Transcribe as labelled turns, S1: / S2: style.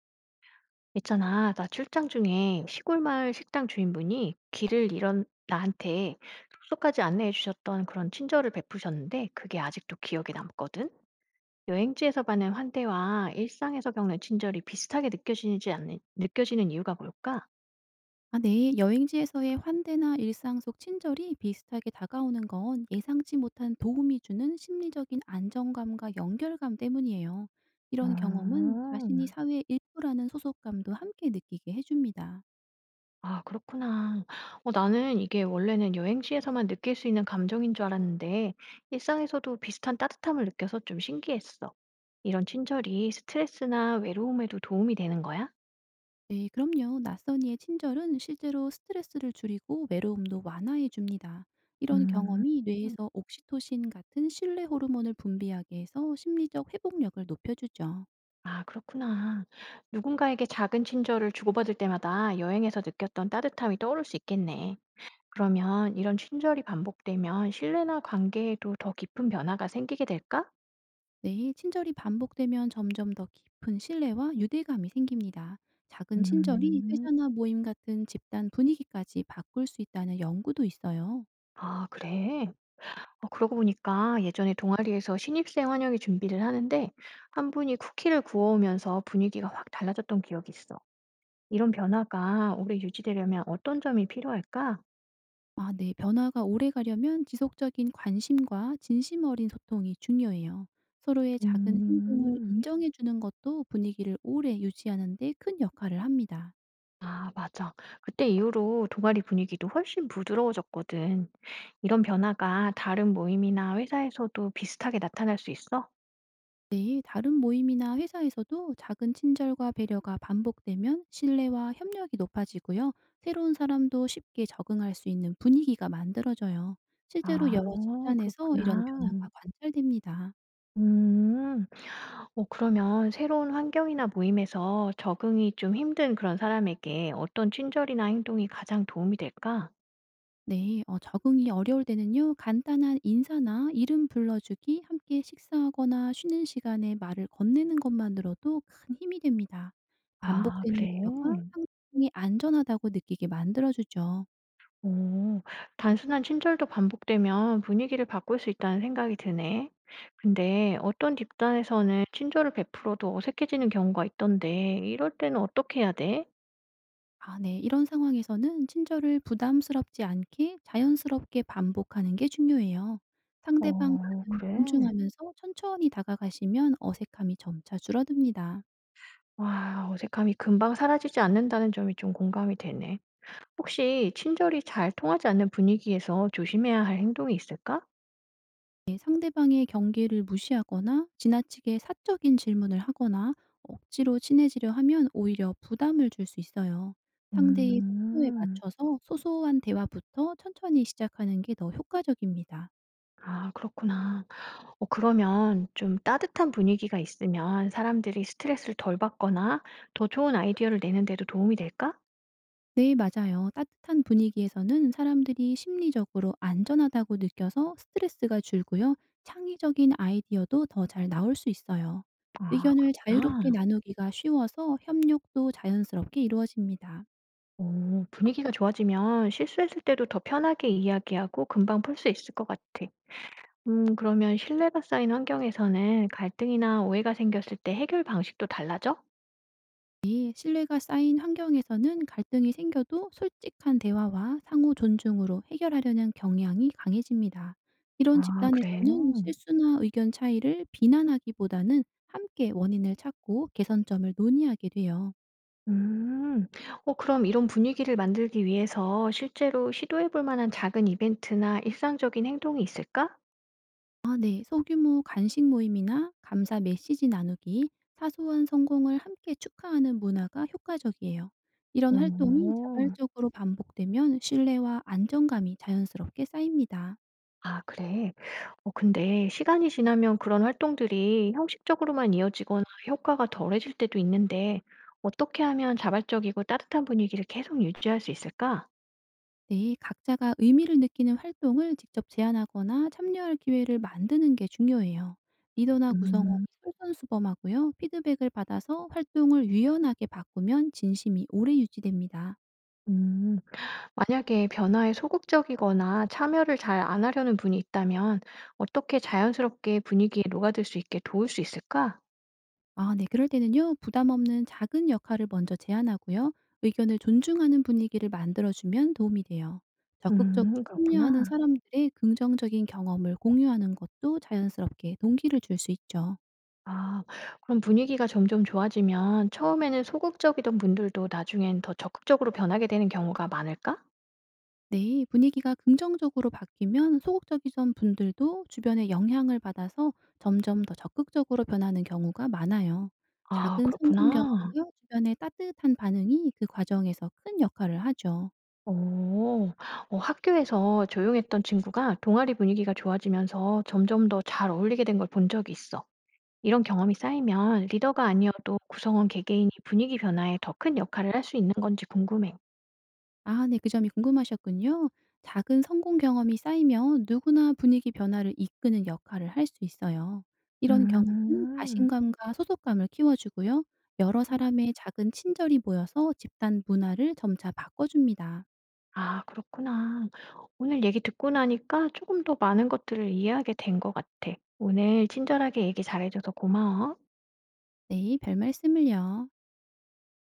S1: 있잖아, 나 출장 중에 시골 마을 식당 주인분이 길을 잃은 나한테 숙소까지 안내해 주셨던 그런 친절을 베푸셨는데 그게 아직도 기억에 남거든. 여행지에서 받는 환대와 일상에서 겪는 친절이 비슷하게 느껴지는 이유가 뭘까?
S2: 아 네. 여행지에서의 환대나 일상 속 친절이 비슷하게 다가오는 건 예상치 못한 도움이 주는 심리적인 안정감과 연결감 때문이에요. 이런 경험은 자신이
S1: 음.
S2: 사회의 일부라는 소속감도 함께 느끼게 해줍니다.
S1: 아, 그렇구나. 어, 나는 이게 원래는 여행지에서만 느낄 수 있는 감정인 줄 알았는데 일상에서도 비슷한 따뜻함을 느껴서 좀 신기했어. 이런 친절이 스트레스나 외로움에도 도움이 되는 거야?
S2: 네, 그럼요. 낯선 이의 친절은 실제로 스트레스를 줄이고 외로움도 완화해 줍니다. 이런
S1: 음.
S2: 경험이 뇌에서 옥시토신 같은 신뢰 호르몬을 분비하게 해서 심리적 회복력을 높여주죠.
S1: 아, 그렇구나. 누군가에게 작은 친절을 주고받을 때마다 여행에서 느꼈던 따뜻함이 떠오를 수 있겠네. 그러면 이런 친절이 반복되면 신뢰나 관계에도 더 깊은 변화가 생기게 될까?
S2: 네, 친절이 반복되면 점점 더 깊은 신뢰와 유대감이 생깁니다. 작은 친절이
S1: 음.
S2: 회사나 모임 같은 집단 분위기까지 바꿀 수 있다는 연구도 있어요.
S1: 아, 그래? 어, 그러고 보니까 예전에 동아리에서 신입생 환영회 준비를 하는데 한 분이 쿠키를 구워오면서 분위기가 확 달라졌던 기억이 있어. 이런 변화가 오래 유지되려면 어떤 점이 필요할까?
S2: 아, 네. 변화가 오래 가려면 지속적인 관심과 진심 어린 소통이 중요해요. 서로의 작은 행동을
S1: 음,
S2: 인정해 주는 것도 분위기를 오래 유지하는 데 큰 역할을 합니다.
S1: 아, 맞아. 그때 이후로 동아리 분위기도 훨씬 부드러워졌거든. 이런 변화가 다른 모임이나 회사에서도 비슷하게 나타날 수 있어?
S2: 네, 다른 모임이나 회사에서도 작은 친절과 배려가 반복되면 신뢰와 협력이 높아지고요. 새로운 사람도 쉽게 적응할 수 있는 분위기가 만들어져요. 실제로
S1: 아,
S2: 여러 집단에서 이런 변화가
S1: 그렇구나.
S2: 관찰됩니다.
S1: 음. 어, 그러면 새로운 환경이나 모임에서 적응이 좀 힘든 그런 사람에게 어떤 친절이나 행동이 가장 도움이 될까?
S2: 네, 적응이 어려울 때는요, 간단한 인사나 이름 불러주기, 함께 식사하거나 쉬는 시간에 말을 건네는 것만으로도 큰 힘이 됩니다.
S1: 아,
S2: 반복되는
S1: 그래?
S2: 배려가 상대방이 안전하다고 느끼게 만들어주죠.
S1: 오, 단순한 친절도 반복되면 분위기를 바꿀 수 있다는 생각이 드네. 근데 어떤 집단에서는 친절을 베풀어도 어색해지는 경우가 있던데 이럴 때는 어떻게 해야 돼?
S2: 아 네. 이런 상황에서는 친절을 부담스럽지 않게 자연스럽게 반복하는 게 중요해요. 상대방
S1: 어,
S2: 반응을
S1: 그래?
S2: 존중하면서 천천히 다가가시면 어색함이 점차 줄어듭니다.
S1: 와, 어색함이 금방 사라지지 않는다는 점이 좀 공감이 되네. 혹시 친절이 잘 통하지 않는 분위기에서 조심해야 할 행동이 있을까?
S2: 네, 상대방의 경계를 무시하거나 지나치게 사적인 질문을 하거나 억지로 친해지려 하면 오히려 부담을 줄 수 있어요. 상대의 속도에
S1: 음.
S2: 맞춰서 소소한 대화부터 천천히 시작하는 게 더 효과적입니다.
S1: 아, 그렇구나. 어, 그러면 좀 따뜻한 분위기가 있으면 사람들이 스트레스를 덜 받거나 더 좋은 아이디어를 내는 데도 도움이 될까?
S2: 네, 맞아요. 따뜻한 분위기에서는 사람들이 심리적으로 안전하다고 느껴서 스트레스가 줄고요. 창의적인 아이디어도 더 잘 나올 수 있어요.
S1: 아,
S2: 의견을 자유롭게
S1: 그렇구나.
S2: 나누기가 쉬워서 협력도 자연스럽게 이루어집니다.
S1: 오, 분위기가 좋아지면 실수했을 때도 더 편하게 이야기하고 금방 풀 수 있을 것 같아. 음, 그러면 신뢰가 쌓인 환경에서는 갈등이나 오해가 생겼을 때 해결 방식도 달라져?
S2: 이 신뢰가 쌓인 환경에서는 갈등이 생겨도 솔직한 대화와 상호 존중으로 해결하려는 경향이 강해집니다. 이런
S1: 아, 그래.
S2: 집단에서는 실수나 의견 차이를 비난하기보다는 함께 원인을 찾고 개선점을 논의하게 돼요.
S1: 음. 어, 그럼 이런 분위기를 만들기 위해서 실제로 시도해 볼 만한 작은 이벤트나 일상적인 행동이 있을까?
S2: 아 네. 소규모 간식 모임이나 감사 메시지 나누기, 사소한 성공을 함께 축하하는 문화가 효과적이에요. 이런 활동이
S1: 오.
S2: 자발적으로 반복되면 신뢰와 안정감이 자연스럽게 쌓입니다.
S1: 아, 그래? 어, 근데 시간이 지나면 그런 활동들이 형식적으로만 이어지거나 효과가 덜해질 때도 있는데 어떻게 하면 자발적이고 따뜻한 분위기를 계속 유지할 수 있을까?
S2: 네, 각자가 의미를 느끼는 활동을 직접 제안하거나 참여할 기회를 만드는 게 중요해요. 리더나 구성원이
S1: 음.
S2: 솔선수범하고요. 피드백을 받아서 활동을 유연하게 바꾸면 진심이 오래 유지됩니다.
S1: 음. 만약에 변화에 소극적이거나 참여를 잘 안 하려는 분이 있다면 어떻게 자연스럽게 분위기에 녹아들 수 있게 도울 수 있을까?
S2: 아 네. 그럴 때는요. 부담 없는 작은 역할을 먼저 제안하고요. 의견을 존중하는 분위기를 만들어 주면 도움이 돼요. 적극적으로 참여하는
S1: 그렇구나.
S2: 사람들의 긍정적인 경험을 공유하는 것도 자연스럽게 동기를 줄 수 있죠.
S1: 아, 그럼 분위기가 점점 좋아지면 처음에는 소극적이던 분들도 나중엔 더 적극적으로 변하게 되는 경우가 많을까?
S2: 네. 분위기가 긍정적으로 바뀌면 소극적이던 분들도 주변의 영향을 받아서 점점 더 적극적으로 변하는 경우가 많아요.
S1: 아,
S2: 작은 성공
S1: 그렇구나.
S2: 경험과 주변의 따뜻한 반응이 그 과정에서 큰 역할을 하죠.
S1: 오, 어, 학교에서 조용했던 친구가 동아리 분위기가 좋아지면서 점점 더 잘 어울리게 된 걸 본 적이 있어. 이런 경험이 쌓이면 리더가 아니어도 구성원 개개인이 분위기 변화에 더 큰 역할을 할 수 있는 건지 궁금해.
S2: 아 네. 그 점이 궁금하셨군요. 작은 성공 경험이 쌓이면 누구나 분위기 변화를 이끄는 역할을 할 수 있어요. 이런 경험은
S1: 음.
S2: 자신감과 소속감을 키워주고요. 여러
S1: 음.
S2: 사람의 작은 친절이 모여서 집단 문화를 점차 바꿔줍니다.
S1: 아, 그렇구나. 오늘 얘기 듣고 나니까 조금 더 많은 것들을 이해하게 된 것 같아. 오늘 친절하게 얘기 잘해줘서 고마워.
S2: 네. 별말씀을요.